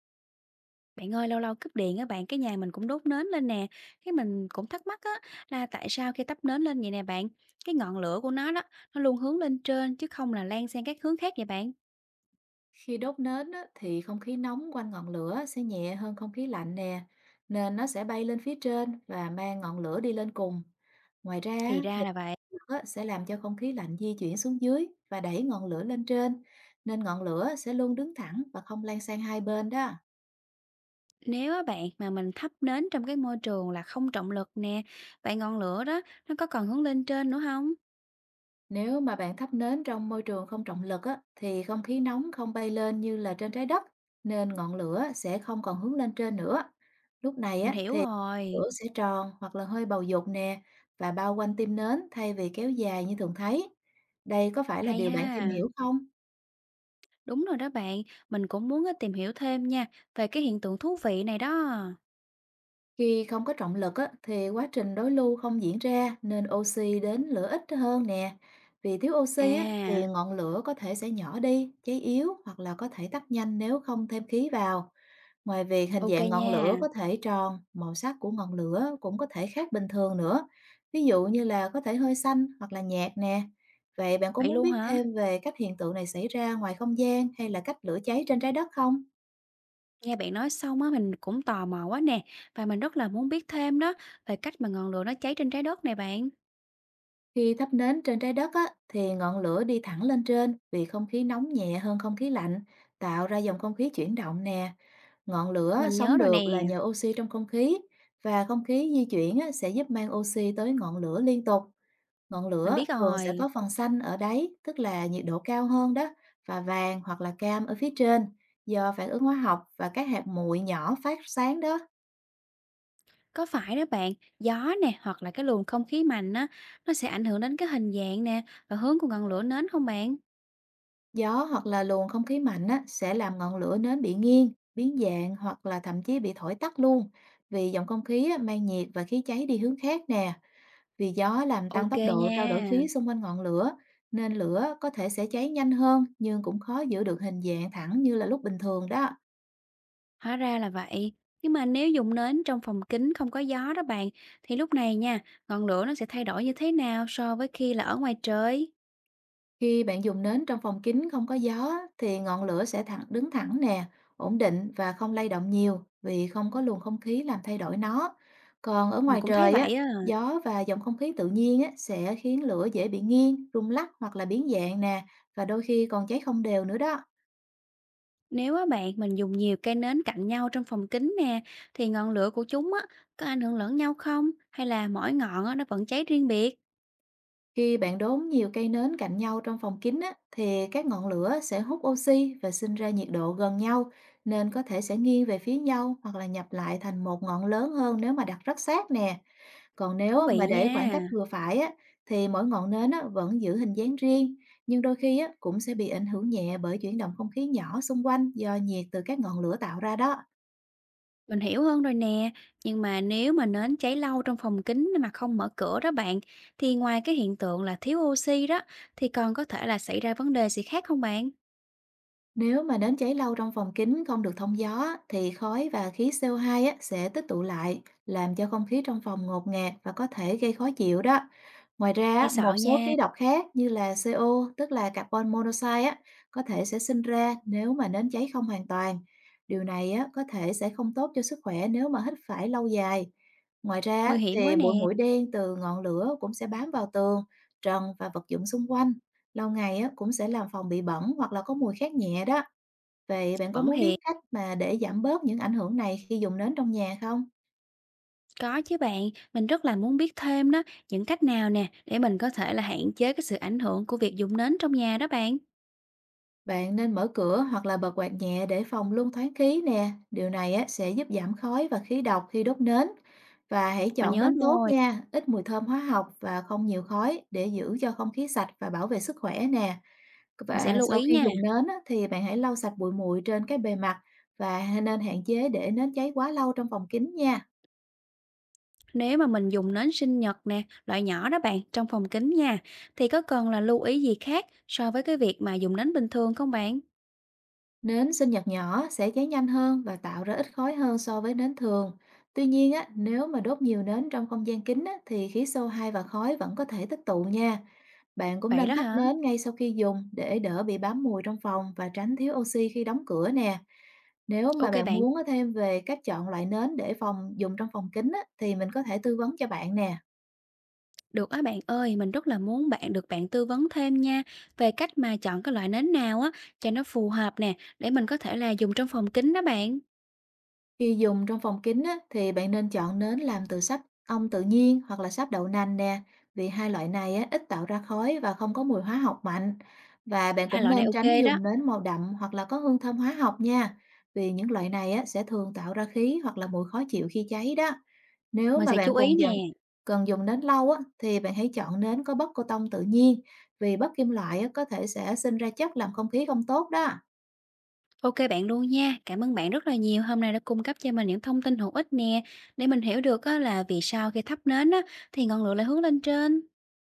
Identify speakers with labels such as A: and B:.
A: Bạn ơi, lâu lâu cúp điện á bạn, cái nhà mình cũng đốt nến lên nè. Cái mình cũng thắc mắc á là tại sao khi thắp nến lên vậy nè bạn, cái ngọn lửa của nó đó nó luôn hướng lên trên chứ không là lan sang các hướng khác vậy bạn.
B: Khi đốt nến á, thì không khí nóng quanh ngọn lửa sẽ nhẹ hơn không khí lạnh nè, nên nó sẽ bay lên phía trên và mang ngọn lửa đi lên cùng. Ngoài ra
A: Thì
B: á, thì
A: ra là vậy.
B: lửa á, sẽ làm cho không khí lạnh di chuyển xuống dưới và đẩy ngọn lửa lên trên, nên ngọn lửa sẽ luôn đứng thẳng và không lan sang hai bên đó.
A: Nếu á bạn mà mình thắp nến trong cái môi trường là không trọng lực nè, vậy ngọn lửa đó nó có còn hướng lên trên nữa không?
B: Nếu mà bạn thắp nến trong môi trường không trọng lực á, thì không khí nóng không bay lên như là trên trái đất, nên ngọn lửa sẽ không còn hướng lên trên nữa. Lúc này
A: Mình
B: á,
A: hiểu
B: thì
A: rồi.
B: lửa sẽ tròn hoặc là hơi bầu dục nè và bao quanh tim nến thay vì kéo dài như thường thấy. Đây có phải là
A: Hay
B: điều bạn tìm
A: ha.
B: hiểu không?
A: Đúng rồi đó bạn, mình cũng muốn á, tìm hiểu thêm nha về cái hiện tượng thú vị này đó.
B: Khi không có trọng lực á, thì quá trình đối lưu không diễn ra nên oxy đến lửa ít hơn nè. Vì thiếu oxy á, thì
A: À,
B: ngọn lửa có thể sẽ nhỏ đi, cháy yếu hoặc là có thể tắt nhanh nếu không thêm khí vào. Ngoài việc hình
A: ok
B: dạng ngọn
A: nha.
B: lửa có thể tròn, màu sắc của ngọn lửa cũng có thể khác bình thường nữa. Ví dụ như là có thể hơi xanh hoặc là nhạt nè. Vậy bạn có
A: Vậy
B: muốn
A: luôn
B: biết
A: hả?
B: thêm về cách hiện tượng này xảy ra ngoài không gian hay là cách lửa cháy trên trái đất không?
A: Nghe bạn nói xong á, mình cũng tò mò quá nè, và mình rất là muốn biết thêm đó về cách mà ngọn lửa nó cháy trên trái đất này bạn.
B: Khi thắp nến trên trái đất á, thì ngọn lửa đi thẳng lên trên vì không khí nóng nhẹ hơn không khí lạnh, tạo ra dòng không khí chuyển động nè. Ngọn lửa
A: Mình
B: sống
A: nhớ rồi nè,
B: được là nhờ oxy trong không khí, và không khí di chuyển á, sẽ giúp mang oxy tới ngọn lửa liên tục. Ngọn
A: mình
B: lửa
A: biết
B: thường sẽ
A: rồi.
B: có phần xanh ở đáy, tức là nhiệt độ cao hơn đó, và vàng hoặc là cam ở phía trên, do phản ứng hóa học và các hạt bụi nhỏ phát sáng đó.
A: Có phải đó bạn, gió nè hoặc là cái luồng không khí mạnh á, nó sẽ ảnh hưởng đến cái hình dạng nè và hướng của ngọn lửa nến không bạn?
B: Gió hoặc là luồng không khí mạnh á, sẽ làm ngọn lửa nến bị nghiêng, biến dạng hoặc là thậm chí bị thổi tắt luôn. Vì dòng không khí á, mang nhiệt và khí cháy đi hướng khác nè. Vì gió làm tăng
A: Ok
B: tốc độ
A: nha,
B: trao đổi khí xung quanh ngọn lửa, nên lửa có thể sẽ cháy nhanh hơn, nhưng cũng khó giữ được hình dạng thẳng như là lúc bình thường đó.
A: hóa ra là vậy. Nhưng mà nếu dùng nến trong phòng kín không có gió đó bạn, thì lúc này nha, ngọn lửa nó sẽ thay đổi như thế nào so với khi là ở ngoài trời?
B: Khi bạn dùng nến trong phòng kín không có gió, thì ngọn lửa sẽ thẳng đứng thẳng nè, ổn định và không lay động nhiều vì không có luồng không khí làm thay đổi nó. Còn ở
A: Mình
B: ngoài
A: cũng thấy
B: trời á,
A: vậy á.
B: gió và dòng không khí tự nhiên á, sẽ khiến lửa dễ bị nghiêng, rung lắc hoặc là biến dạng nè, và đôi khi còn cháy không đều nữa đó.
A: Nếu á bạn mình dùng nhiều cây nến cạnh nhau trong phòng kính nè thì ngọn lửa của chúng á có ảnh hưởng lẫn nhau không hay là mỗi ngọn á nó vẫn cháy riêng biệt?
B: Khi bạn đốn nhiều cây nến cạnh nhau trong phòng kín á, thì các ngọn lửa sẽ hút oxy và sinh ra nhiệt độ gần nhau, nên có thể sẽ nghiêng về phía nhau hoặc là nhập lại thành một ngọn lớn hơn nếu mà đặt rất sát nè. Còn
A: Thú
B: nếu
A: vị
B: mà để khoảng cách
A: nha.
B: vừa phải á, thì mỗi ngọn nến á, vẫn giữ hình dáng riêng, nhưng đôi khi á, cũng sẽ bị ảnh hưởng nhẹ bởi chuyển động không khí nhỏ xung quanh do nhiệt từ các ngọn lửa tạo ra đó.
A: Mình hiểu hơn rồi nè, nhưng mà nếu mà nến cháy lâu trong phòng kính mà không mở cửa đó bạn thì ngoài cái hiện tượng là thiếu oxy đó thì còn có thể là xảy ra vấn đề gì khác không bạn?
B: Nếu mà nến cháy lâu trong phòng kín không được thông gió, thì khói và khí CO2 á, sẽ tích tụ lại, làm cho không khí trong phòng ngột ngạt và có thể gây khó chịu đó. Ngoài ra,
A: Nghe
B: á, một
A: sợ
B: số
A: nha,
B: khí độc khác như là CO, tức là carbon monoxide á, có thể sẽ sinh ra nếu mà nến cháy không hoàn toàn. Điều này á, có thể sẽ không tốt cho sức khỏe nếu mà hít phải lâu dài. Ngoài ra
A: nguy
B: á,
A: hiểm
B: thì
A: quá
B: bụi
A: nè,
B: muỗi đen từ ngọn lửa cũng sẽ bám vào tường, trần và vật dụng xung quanh. Lâu ngày á, cũng sẽ làm phòng bị bẩn hoặc là có mùi khét nhẹ đó. Vậy bạn có
A: bẩn
B: muốn biết
A: thiệt.
B: cách mà để giảm bớt những ảnh hưởng này khi dùng nến trong nhà không?
A: Có chứ bạn, mình rất là muốn biết thêm đó, những cách nào nè để mình có thể là hạn chế cái sự ảnh hưởng của việc dùng nến trong nhà đó bạn.
B: Bạn nên mở cửa hoặc là bật quạt nhẹ để phòng luôn thoáng khí nè. Điều này á, sẽ giúp giảm khói và khí độc khi đốt nến. Và hãy
A: Mình
B: chọn
A: nhớ
B: nến tốt
A: rồi,
B: nha, ít mùi thơm hóa học và không nhiều khói, để giữ cho không khí sạch và bảo vệ sức khỏe nè.
A: mình sẽ
B: Và
A: lưu
B: sau
A: ý
B: khi
A: nha.
B: dùng nến á, thì bạn hãy lau sạch bụi muội trên cái bề mặt, và nên hạn chế để nến cháy quá lâu trong phòng kín nha.
A: Nếu mà mình dùng nến sinh nhật nè, loại nhỏ đó bạn, trong phòng kính nha, thì có cần là lưu ý gì khác so với cái việc mà dùng nến bình thường không bạn?
B: Nến sinh nhật nhỏ sẽ cháy nhanh hơn và tạo ra ít khói hơn so với nến thường. Tuy nhiên á, nếu mà đốt nhiều nến trong không gian kín á, thì khí CO2 và khói vẫn có thể tích tụ nha. Bạn cũng
A: Vậy đó
B: nên tắt
A: hả?
B: nến ngay sau khi dùng để đỡ bị bám mùi trong phòng và tránh thiếu oxy khi đóng cửa nè. Nếu mà
A: Ok
B: bạn
A: bạn,
B: muốn á, thêm về cách chọn loại nến để phòng dùng trong phòng kín á, thì mình có thể tư vấn cho bạn nè.
A: được á bạn ơi, mình rất là muốn được bạn tư vấn thêm nha về cách mà chọn cái loại nến nào á cho nó phù hợp nè để mình có thể là dùng trong phòng kính đó bạn.
B: Khi dùng trong phòng kính á, thì bạn nên chọn nến làm từ sáp ong tự nhiên hoặc là sáp đậu nành nè, vì hai loại này á, ít tạo ra khói và không có mùi hóa học mạnh. Và bạn
A: Hai
B: cũng
A: loại này
B: nên
A: ok
B: tránh
A: đó.
B: dùng nến màu đậm hoặc là có hương thơm hóa học nha, vì những loại này á, sẽ thường tạo ra khí hoặc là mùi khó chịu khi cháy đó. Nếu
A: Mình
B: mà
A: sẽ
B: bạn
A: chú ý
B: cùng dần
A: nè.
B: cần dùng nến lâu á, thì bạn hãy chọn nến có bất cô tông tự nhiên, vì bất kim loại á, có thể sẽ sinh ra chất làm không khí không tốt đó.
A: OK bạn luôn nha. Cảm ơn bạn rất là nhiều. Hôm nay đã cung cấp cho mình những thông tin hữu ích nè, để mình hiểu được á là vì sao khi thắp nến á thì ngọn lửa lại hướng lên trên.